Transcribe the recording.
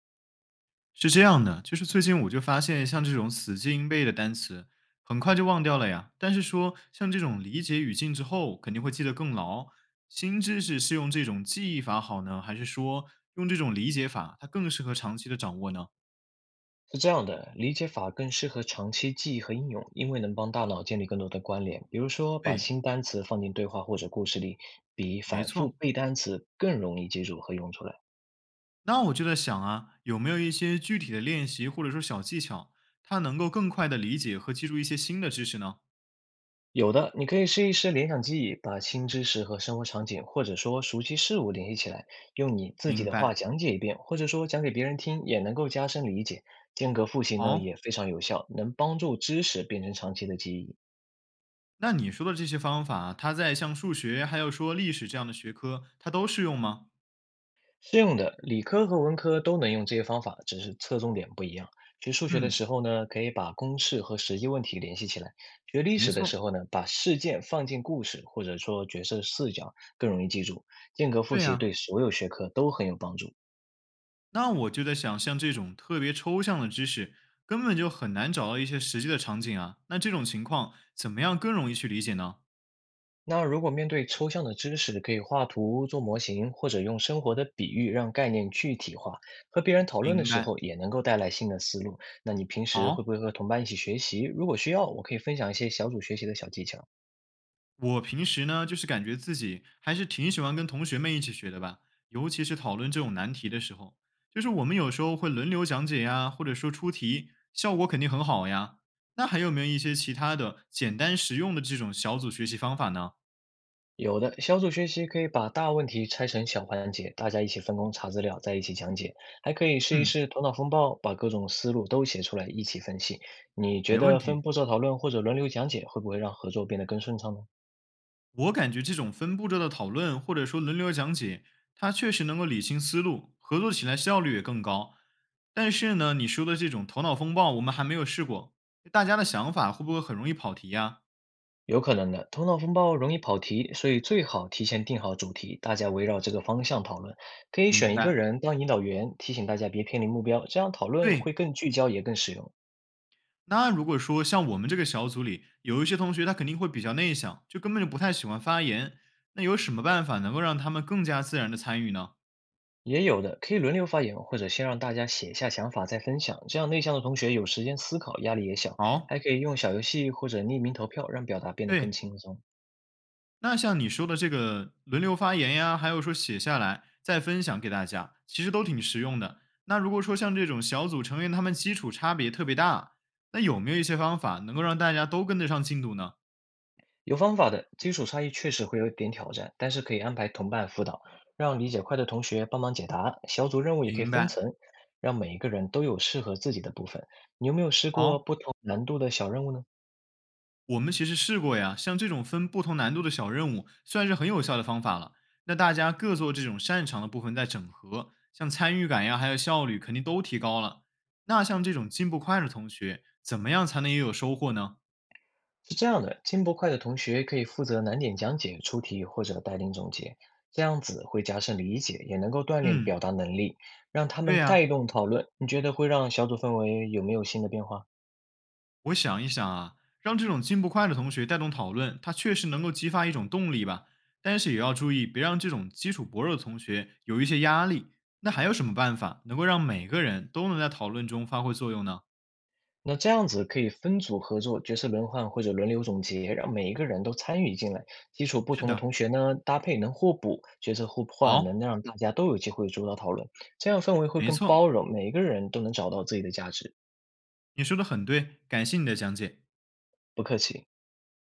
是这样的，就是最近我就发现，像这种死记硬背的单词，很快就忘掉了呀。但是说像这种理解语境之后，肯定会记得更牢。新知识是用这种记忆法好呢，还是说用这种理解法，它更适合长期的掌握呢？是这样的，理解法更适合长期记忆和应用，因为能帮大脑建立更多的关联。比如说，把对，新单词放进对话或者故事里，比没反复错。背单词更容易记住和用出来。那我就在想啊，有没有一些具体的练习或者说小技巧，它能够更快的理解和记住一些新的知识呢？有的，你可以试一试联想记忆，把新知识和生活场景或者说熟悉事物联系起来，用你自己明的话白。讲解一遍，或者说讲给别人听，也能够加深理解。间隔复习呢好、也非常有效，能帮助知识变成长期的记忆。那你说的这些方法，它在像数学还有说历史这样的学科，它都适用吗？适用的，理科和文科都能用这些方法，只是侧重点不一样。学数学的嗯，时候呢，可以把公式和实际问题联系起来；学历没史的错，时候呢，把事件放进故事或者说角色视角，更容易记住。间隔复对习呀、对所有学科都很有帮助。那我就在想，像这种特别抽象的知识，根本就很难找到一些实际的场景啊。那这种情况，怎么样更容易去理解呢？那如果面对抽象的知识，可以画图、做模型，或者用生活的比喻让概念具体化。和别人讨论的明时白。候，也能够带来新的思路。那你平时会好，不会和同伴一起学习？如果需要，我可以分享一些小组学习的小技巧。我平时呢，就是感觉自己还是挺喜欢跟同学们一起学的吧，尤其是讨论这种难题的时候，就是我们有时候会轮流讲解呀，或者说出题，效果肯定很好呀。那还有没有一些其他的简单实用的这种小组学习方法呢？有的，小组学习可以把大问题拆成小环节，大家一起分工查资料，再一起讲解。还可以试一嗯，试头脑风暴，把各种思路都写出来，一起分析。你觉没问得分题。步骤讨论或者轮流讲解，会不会让合作变得更顺畅呢？我感觉这种分步骤的讨论，或者说轮流讲解，它确实能够理清思路，合作起来效率也更高。但是呢，你说的这种头脑风暴，我们还没有试过，大家的想法会不会很容易跑题呀、有可能的，头脑风暴容易跑题，所以最好提前定好主题，大家围绕这个方向讨论。可以明选一白，个人当引导员，提醒大家别偏离目标，这样讨论对。会更聚焦，也更实用。那如果说像我们这个小组里有一些同学，他肯定会比较内向，就根本就不太喜欢发言。那有什么办法能够让他们更加自然的参与呢？也有的，可以轮流发言，或者先让大家写下想法再分享，这样内向的同学有时间思考，压力也小。还好，可以用小游戏或者匿名投票，让表达变得更对。轻松。那像你说的这个轮流发言呀，还有说写下来再分享给大家，其实都挺实用的。那如果说像这种小组成员他们基础差别特别大，那有没有一些方法能够让大家都跟得上进度呢？有方法的，基础差异确实会有点挑战，但是可以安排同伴辅导，让理解快的同学帮忙解答。小组任务也可以明分白，层，让每一个人都有适合自己的部分。你有没有试过好。不同难度的小任务呢？我们其实试过呀，像这种分不同难度的小任务，算是很有效的方法了。那大家各做这种擅长的部分再整合，像参与感呀，还有效率，肯定都提高了。那像这种进步快的同学，怎么样才能也有收获呢？是这样的，进步快的同学可以负责难点讲解、出题或者带领总结，这样子会加深理解，也能够锻炼表嗯，达能力，让他对们呀，带动讨论。你觉得会让小组氛围有没有新的变化？我想一想啊，让这种进步快的同学带动讨论，它确实能够激发一种动力吧。但是也要注意，别让这种基础薄弱的同学有一些压力。那还有什么办法能够让每个人都能在讨论中发挥作用呢？那这样子可以分组合作、角色轮换或者轮流总结，让每一个人都参与进来。基础不是同的的，同学呢，搭配能互补，角色互换能好。让大家都有机会主导讨论，这样氛围会没更包错，容，每一个人都能找到自己的价值。你说的很对，感谢你的讲解。不客气。